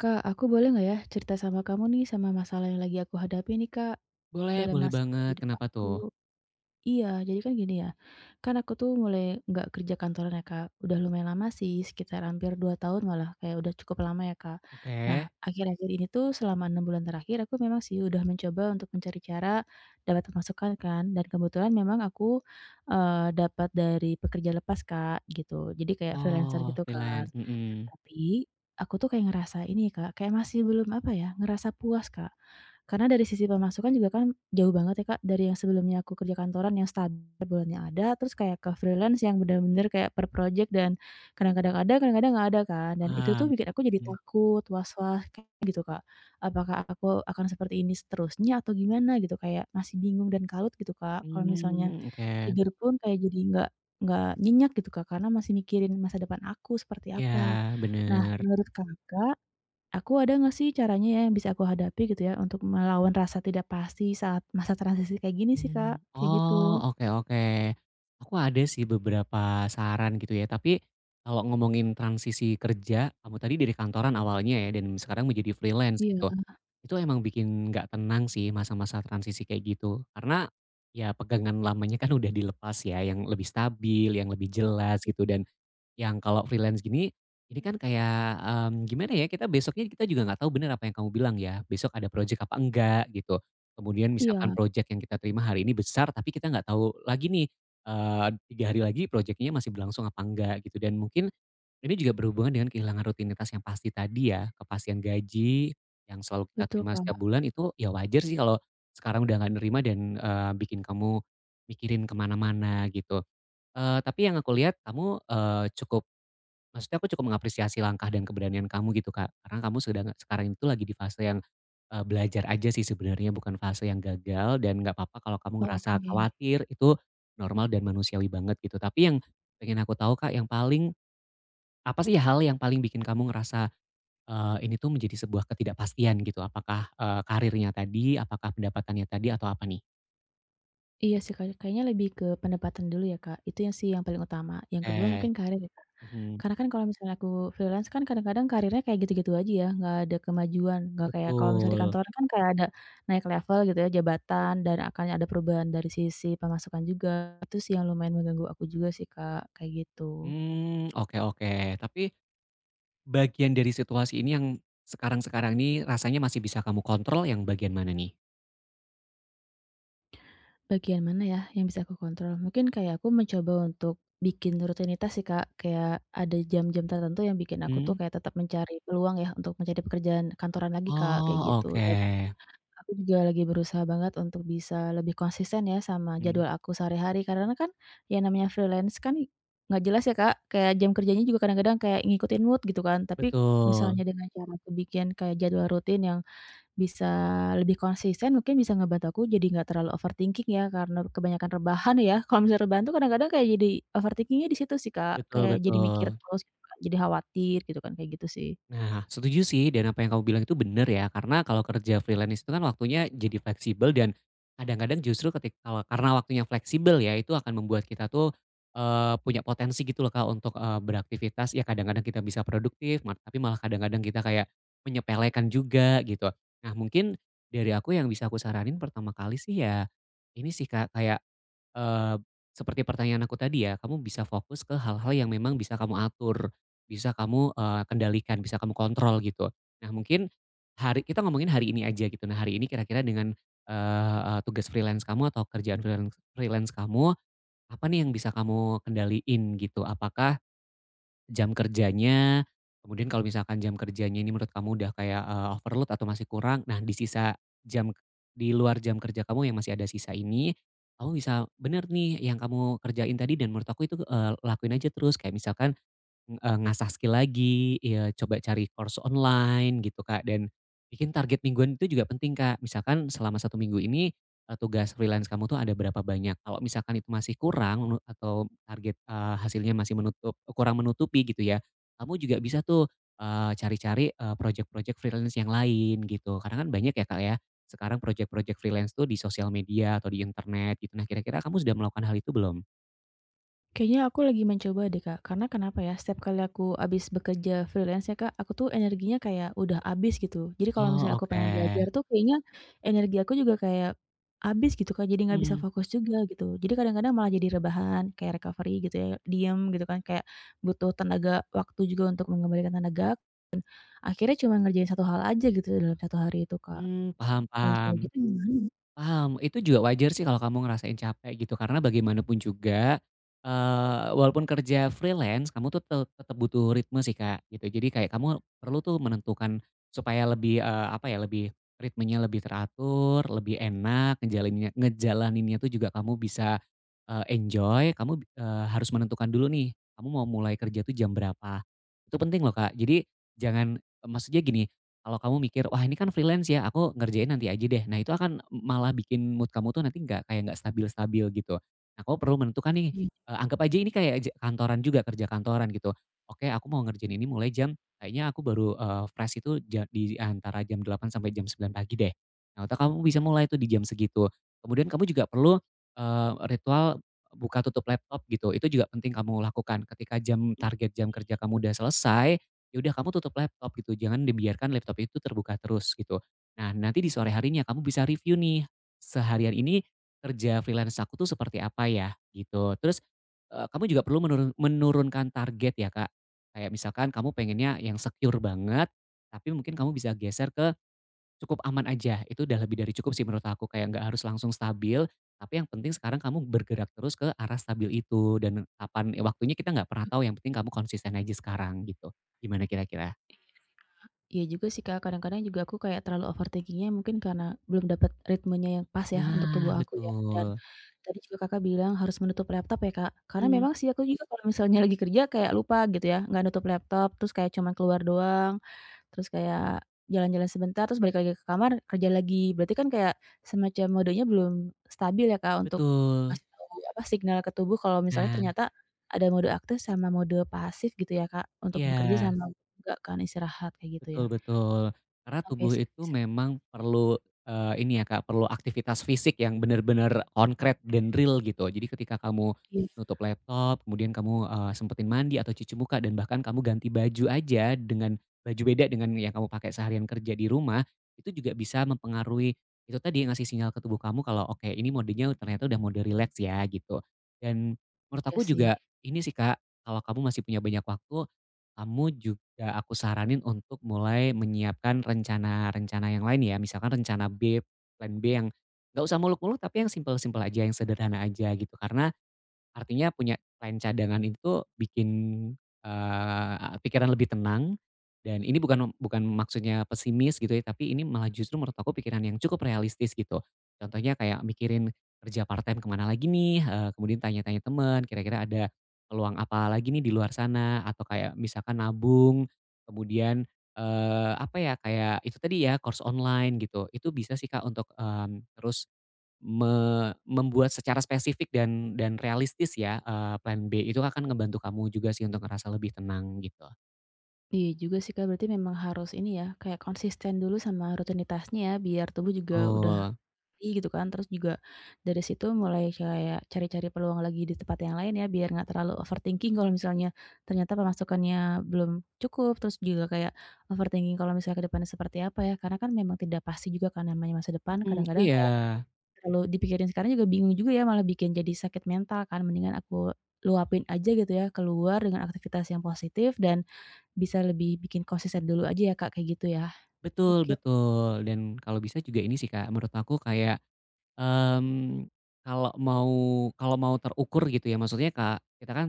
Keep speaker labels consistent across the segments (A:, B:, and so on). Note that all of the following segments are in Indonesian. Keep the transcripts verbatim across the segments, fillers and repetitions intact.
A: Kak, aku boleh nggak ya cerita sama kamu nih, sama masalah yang lagi aku hadapi nih, Kak,
B: Boleh
A: dalam
B: boleh
A: masalah
B: banget.
A: hidup
B: Kenapa
A: aku.
B: tuh?
A: Iya, jadi kan gini ya, kan aku tuh mulai nggak kerja kantoran ya, Kak. Udah lumayan lama sih, sekitar hampir dua tahun malah, kayak udah cukup lama ya, Kak. Nah,
B: Oke.
A: akhir-akhir ini tuh selama enam bulan terakhir aku memang sih udah mencoba untuk mencari cara dapat pemasukan kan, dan kebetulan memang aku, eee, dapat dari pekerja lepas, Kak, gitu. Jadi kayak freelancer
B: Oh,
A: gitu kan.
B: freelance, mhm.
A: Tapi, aku tuh kayak ngerasa ini Kak, kayak masih belum apa ya, ngerasa puas Kak. Karena dari sisi pemasukan juga kan jauh banget ya Kak, dari yang sebelumnya aku kerja kantoran yang stabil per bulannya ada, terus kayak ke freelance yang bener-bener kayak per project dan kadang-kadang ada, kadang-kadang nggak ada kan. Dan itu tuh
B: Paham,
A: bikin aku jadi
B: mhm.
A: takut, was-was kayak gitu Kak. Apakah aku akan seperti ini seterusnya atau gimana gitu, kayak masih bingung dan kalut gitu Kak, kalau misalnya
B: Mmm, oke.
A: tidur pun kayak jadi nggak nggak nyenyak gitu, Kak, karena masih mikirin masa depan aku seperti
B: Iya,
A: apa. Nah,
B: bener.
A: menurut Kakak, aku ada nggak sih caranya ya yang bisa aku hadapi gitu ya untuk melawan rasa tidak pasti saat masa transisi kayak gini sih, Kak,
B: Mmm,
A: kayak
B: oh,
A: gitu?
B: oke oke. Aku ada sih beberapa saran gitu ya, tapi kalau ngomongin transisi kerja, kamu tadi dari kantoran awalnya ya dan sekarang menjadi freelance
A: Iya,
B: gitu. Itu emang bikin nggak tenang sih masa-masa transisi kayak gitu. Karena ya pegangan lamanya kan udah dilepas ya, yang lebih stabil, yang lebih jelas gitu dan Yang kalau freelance gini, ini kan kayak, mmm, gimana ya, kita besoknya kita juga nggak tahu bener apa yang kamu bilang ya, besok ada project apa enggak gitu. Kemudian misalkan
A: iya,
B: project yang kita terima hari ini besar, tapi kita nggak tahu lagi nih, eee, tiga hari lagi project masih berlangsung apa enggak gitu. Dan mungkin ini juga berhubungan dengan kehilangan rutinitas yang pasti tadi ya, kepastian gaji yang selalu kita
A: betul,
B: terima setiap
A: Kak.
B: bulan itu ya wajar sih kalau sekarang udah nggak nerima dan, eee, bikin kamu mikirin kemana mana gitu. Eee, tapi yang aku lihat kamu, eee, cukup Maksudnya aku cukup mengapresiasi langkah dan keberanian kamu gitu, Kak. Karena kamu sedang sekarang itu lagi di fase yang, eee, belajar aja sih sebenarnya bukan fase yang gagal dan nggak apa-apa kalau kamu
A: Oh,
B: ngerasa
A: oke.
B: khawatir, itu normal dan manusiawi banget gitu. Tapi yang pengen aku tahu, Kak, yang paling apa sih hal yang paling bikin kamu ngerasa, eee, ini tuh menjadi sebuah ketidakpastian gitu? Apakah, eee, karirnya tadi, apakah pendapatannya tadi, atau apa nih?
A: Iya sih, Kak, kayaknya lebih ke pendapatan dulu ya, Kak, itu yang sih yang paling utama, yang kedua
B: Eh,
A: mungkin karir ya, Kak.
B: mhm,
A: Karena kan kalau misalnya aku freelance kan kadang-kadang karirnya kayak gitu-gitu aja ya, nggak ada kemajuan, nggak kayak kalau misalnya di
B: betul.
A: kantor kan kayak ada naik level gitu ya, jabatan dan akan ada perubahan dari sisi pemasukan juga, itu sih yang lumayan mengganggu aku juga sih, Kak, kayak gitu.
B: Hmm, oke oke. Tapi Bagian dari situasi ini yang sekarang-sekarang ini rasanya masih bisa kamu kontrol yang bagian mana nih?
A: Bagian mana ya yang bisa aku kontrol? Mungkin kayak aku mencoba untuk bikin rutinitas sih, Kak. Kayak ada jam-jam tertentu yang bikin aku tuh
B: Mhm.
A: kayak tetap mencari peluang ya untuk mencari pekerjaan kantoran lagi, Kak, kayak
B: Oh,
A: gitu. Dan
B: oke.
A: aku juga lagi berusaha banget untuk bisa lebih konsisten ya sama
B: Mhm.
A: jadwal aku sehari-hari. Karena kan yang namanya freelance kan nggak jelas ya, Kak. Kayak jam kerjanya juga kadang-kadang kayak ngikutin mood gitu kan. Tapi
B: Betul,
A: misalnya dengan cara aku bikin kayak jadwal rutin yang bisa lebih konsisten mungkin bisa ngebantu aku jadi nggak terlalu overthinking ya, karena kebanyakan rebahan ya. Kalau misalnya rebahan tuh kadang-kadang kayak jadi overthinkingnya di situ sih, Kak,
B: betul
A: kayak jadi mikir
B: betul.
A: terus gitu kan, jadi khawatir gitu kan, kayak gitu sih.
B: Nah, setuju sih dan apa yang kamu bilang itu bener ya, karena kalau kerja freelance itu kan waktunya jadi fleksibel dan kadang-kadang justru ketika kalau karena waktunya fleksibel ya, itu akan membuat kita tuh, eee, punya potensi gitu loh Kak, untuk, eee, beraktivitas ya kadang-kadang kita bisa produktif, ma tapi malah kadang-kadang kita kayak menyepelekan juga gitu. Nah mungkin dari aku yang bisa aku saranin pertama kali sih ya, ini sih Kak, kayak Eee, seperti pertanyaan aku tadi ya, kamu bisa fokus ke hal-hal yang memang bisa kamu atur, bisa kamu, eee, kendalikan, bisa kamu kontrol gitu. Nah mungkin hari kita ngomongin hari ini aja gitu. Nah hari ini kira-kira dengan, eee eee, tugas freelance kamu atau kerjaan freelance freelance kamu, apa nih yang bisa kamu kendaliin gitu? Apakah Jam kerjanya, kemudian kalau misalkan jam kerjanya ini menurut kamu udah kayak, eee, overload atau masih kurang, nah di sisa jam di luar jam kerja kamu yang masih ada sisa ini, kamu bisa bener nih yang kamu kerjain tadi dan menurut aku itu, eee, lakuin aja terus. Kayak misalkan Eee, ngasah skill lagi, ya coba cari course online gitu, Kak, dan bikin target mingguan itu juga penting, Kak. Misalkan selama satu minggu ini, eee, tugas freelance kamu tuh ada berapa banyak. Kalau misalkan itu masih kurang menu atau target, eee, hasilnya masih menutup kurang menutupi gitu ya, kamu juga bisa tuh, eee, cari-cari, eee, project projek freelance yang lain gitu. Karena kan banyak ya, Kak, ya, sekarang project-project freelance tuh di sosial media atau di internet gitu. Nah, kira-kira kamu sudah melakukan hal itu belum?
A: Kayaknya aku lagi mencoba deh, Kak. Karena kenapa ya, setiap kali aku abis bekerja freelance ya, Kak, aku tuh energinya kayak udah abis gitu. Jadi kalau misalnya
B: Oh,
A: aku
B: oke.
A: pengen belajar tuh kayaknya energi aku juga kayak abis gitu, Kak. Jadi nggak bisa
B: Mmm,
A: fokus juga gitu. Jadi kadang-kadang malah jadi rebahan, kayak recovery gitu ya, diem gitu kan. Kayak butuh tenaga waktu juga untuk mengembalikan tenaga. Akhirnya cuma ngerjain satu hal aja gitu dalam satu hari itu, Kak.
B: mmm, paham
A: Kalau
B: paham.
A: misalnya gitu gimana?
B: Paham, itu juga wajar sih kalau kamu ngerasain capek gitu karena bagaimanapun juga, eee, walaupun kerja freelance kamu tuh te tetap butuh ritme sih Kak gitu. Jadi kayak kamu perlu tuh menentukan supaya lebih, eee, apa ya, lebih ritmenya lebih teratur, lebih enak, ngejalaninnya ngejalaninnya tuh juga kamu bisa, eee, enjoy, kamu, eee, harus menentukan dulu nih, kamu mau mulai kerja tuh jam berapa. Itu penting loh Kak. Jadi jangan, maksudnya gini, kalau kamu mikir, "Wah ini kan freelance ya, aku ngerjain nanti aja deh." Nah itu akan malah bikin mood kamu tuh nanti nggak kayak nggak stabil-stabil gitu. Nah kamu perlu menentukan nih, eee, anggap aja ini kayak ja kantoran juga, kerja kantoran gitu. Oke aku mau ngerjain ini mulai jam kayaknya aku baru, eee, fresh itu ja di antara jam delapan sampai jam sembilan pagi deh. Nah atau kamu bisa mulai tuh di jam segitu. Kemudian kamu juga perlu, eee, ritual buka tutup laptop gitu, itu juga penting kamu lakukan. Ketika jam target jam kerja kamu udah selesai Ya udah kamu tutup laptop gitu, jangan dibiarkan laptop itu terbuka terus gitu. Nah, nanti di sore harinya kamu bisa review nih, seharian ini kerja freelance aku tuh seperti apa ya gitu. Terus, eee, kamu juga perlu menurun menurunkan target ya, Kak. Kayak misalkan kamu pengennya yang secure banget, tapi mungkin kamu bisa geser ke Cukup aman aja, itu udah lebih dari cukup sih menurut aku, kayak nggak harus langsung stabil, tapi yang penting sekarang kamu bergerak terus ke arah stabil itu dan kapan eh, waktunya kita nggak pernah tahu, yang penting kamu konsisten aja sekarang gitu. Gimana kira-kira?
A: Iya juga sih, Kak, kadang-kadang juga aku kayak terlalu overthinking-nya mungkin karena belum dapat ritmenya yang pas ya untuk tubuh
B: Nah,
A: aku ya, dan
B: betul.
A: tadi juga Kakak bilang harus menutup laptop ya, Kak, karena
B: Mmm.
A: memang sih aku juga kalau misalnya lagi kerja kayak lupa gitu ya, nggak nutup laptop, terus kayak cuman keluar doang, terus kayak jalan-jalan sebentar, terus balik lagi ke kamar, kerja lagi. Berarti kan kayak semacam modenya belum stabil ya, Kak, untuk
B: Betul.
A: ngasih tahu, apa, signal ke tubuh kalau misalnya
B: Nah,
A: ternyata ada mode aktif sama mode pasif gitu ya, Kak, untuk bekerja
B: iya.
A: sama enggak kan istirahat, kayak gitu ya?
B: Betul betul. Karena
A: Oke
B: tubuh
A: sih
B: itu
A: bisa ikut,
B: memang perlu, eee, ini ya Kak, perlu aktivitas fisik yang benar-benar konkret dan real gitu. Jadi ketika kamu
A: iya
B: nutup laptop, kemudian kamu, eee, sempetin mandi atau cuci muka dan bahkan kamu ganti baju aja dengan baju beda dengan yang kamu pakai seharian kerja di rumah, itu juga bisa mempengaruhi itu tadi, ngasih sinyal ke tubuh kamu kalau, "Oke, ini modenya ternyata udah mode relax ya," gitu. Dan menurut
A: iya
B: aku
A: sih.
B: juga ini sih Kak, kalau kamu masih punya banyak waktu kamu juga aku saranin untuk mulai menyiapkan rencana-rencana yang lain ya, misalkan rencana B, plan B yang nggak usah muluk-muluk tapi yang simpel-simpel aja, yang sederhana aja gitu. Karena Artinya punya klien cadangan itu bikin, eee, pikiran lebih tenang dan ini bukan bukan maksudnya pesimis gitu ya, tapi ini malah justru menurut aku pikiran yang cukup realistis gitu. Contohnya kayak mikirin kerja part-time kemana lagi nih, eee, kemudian tanya-tanya teman kira-kira ada peluang apa lagi nih di luar sana atau kayak misalkan nabung, kemudian, eee, apa ya, kayak itu tadi ya course online gitu. Itu bisa sih Kak untuk, mmm, terus Eee, membuat secara spesifik dan dan realistis ya, eee, plan B itu akan ngebantu kamu juga sih untuk ngerasa lebih tenang gitu.
A: Iya juga sih, Kak, berarti memang harus ini ya, kayak konsisten dulu sama rutinitasnya ya, biar tubuh juga udah
B: Betul.
A: ngerti gitu kan, terus juga dari situ mulai kayak cari-cari peluang lagi di tempat yang lain ya, biar nggak terlalu overthinking kalau misalnya ternyata pemasukannya belum cukup, terus juga kayak overthinking kalau misalnya ke depannya seperti apa ya, karena kan memang tidak pasti juga kan namanya masa depan,
B: Mhm,
A: kadang-kadang
B: iya.
A: kalau dipikirin sekarang juga bingung juga ya, malah bikin jadi sakit mental kan, mendingan aku luapin aja gitu ya, keluar dengan aktivitas yang positif dan bisa lebih bikin konsisten dulu aja ya Kak, kayak gitu ya.
B: Betul
A: Oke,
B: betul. Dan kalau bisa juga ini sih Kak, menurut aku kayak, mmm, kalau mau kalau mau terukur gitu ya, maksudnya Kak, kita kan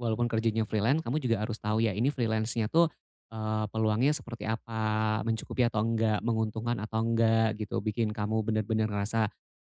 B: walaupun kerjanya freelance, kamu juga harus tahu ya ini freelance-nya tuh, eee, peluangnya seperti apa, mencukupi atau enggak, menguntungkan atau enggak gitu, bikin kamu bener-bener ngerasa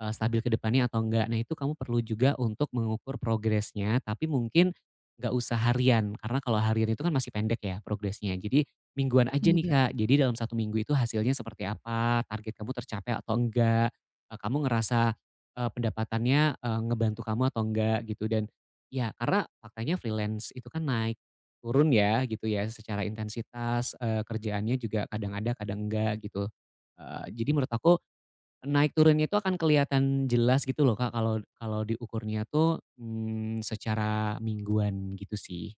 B: Eee, stabil ke depannya atau enggak. Nah, itu kamu perlu juga untuk mengukur progresnya, tapi mungkin nggak usah harian, karena kalau harian itu kan masih pendek ya progresnya. Jadi mingguan aja nih,
A: iya,
B: Kak. Jadi dalam satu minggu itu hasilnya seperti apa, target kamu tercapai atau enggak, eee, kamu ngerasa, eee, pendapatannya, eee, ngebantu kamu atau enggak gitu. Dan ya karena faktanya freelance itu kan naik turun ya gitu ya, secara intensitas, eee, kerjaannya juga kadang ada, kadang enggak gitu. Eee, jadi menurut aku Naik turunnya itu akan kelihatan jelas gitu loh Kak, kalau kalau diukurnya tuh, mmm, secara mingguan gitu sih.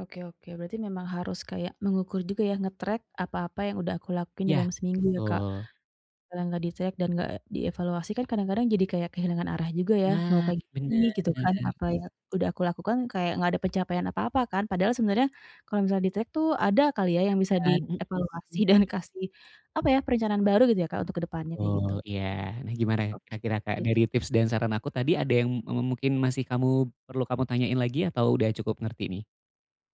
A: oke, oke, berarti memang harus kayak mengukur juga ya, nge-track apa-apa yang udah aku lakuin
B: Iya,
A: dalam seminggu ya, Kak?
B: betul.
A: Kalau nggak di-track dan nggak dievaluasi kan kadang-kadang jadi kayak kehilangan arah juga ya, mau
B: Nah,
A: kayak gimana nih
B: bener,
A: gitu kan, apa yang udah aku lakukan kayak nggak ada pencapaian apa-apa kan, padahal sebenarnya kalau misalnya di-track tuh ada kali ya yang bisa
B: kan mhm,
A: dievaluasi dan kasih, apa ya, perencanaan baru gitu ya Kak, untuk ke depannya kayak
B: betul,
A: gitu.
B: iya. Nah gimana
A: Oke.
B: kira-kira Kak, dari tips dan saran aku tadi ada yang me mungkin masih kamu perlu kamu tanyain lagi atau udah cukup ngerti nih?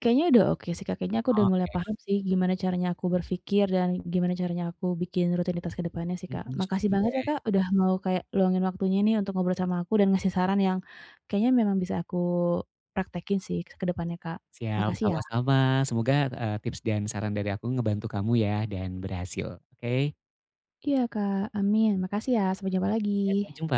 A: Kayaknya udah oke sih, Kak, kayaknya aku udah mulai
B: Oke,
A: paham sih gimana caranya aku berpikir dan gimana caranya aku bikin rutinitas ke depannya sih, Kak.
B: mhm,
A: Makasih
B: syukur
A: banget ya,
B: deh.
A: Kak, udah mau kayak luangin waktunya nih untuk ngobrol sama aku dan ngasih saran yang kayaknya memang bisa aku praktekin sih ke depannya, Kak.
B: Siap,
A: Makasih ya.
B: sama-sama. Semoga, eee, tips dan saran dari aku ngebantu kamu ya dan berhasil, oke?
A: Iya, Kak, amin. Makasih ya, sampai jumpa lagi.
B: Ya, sampai jumpa.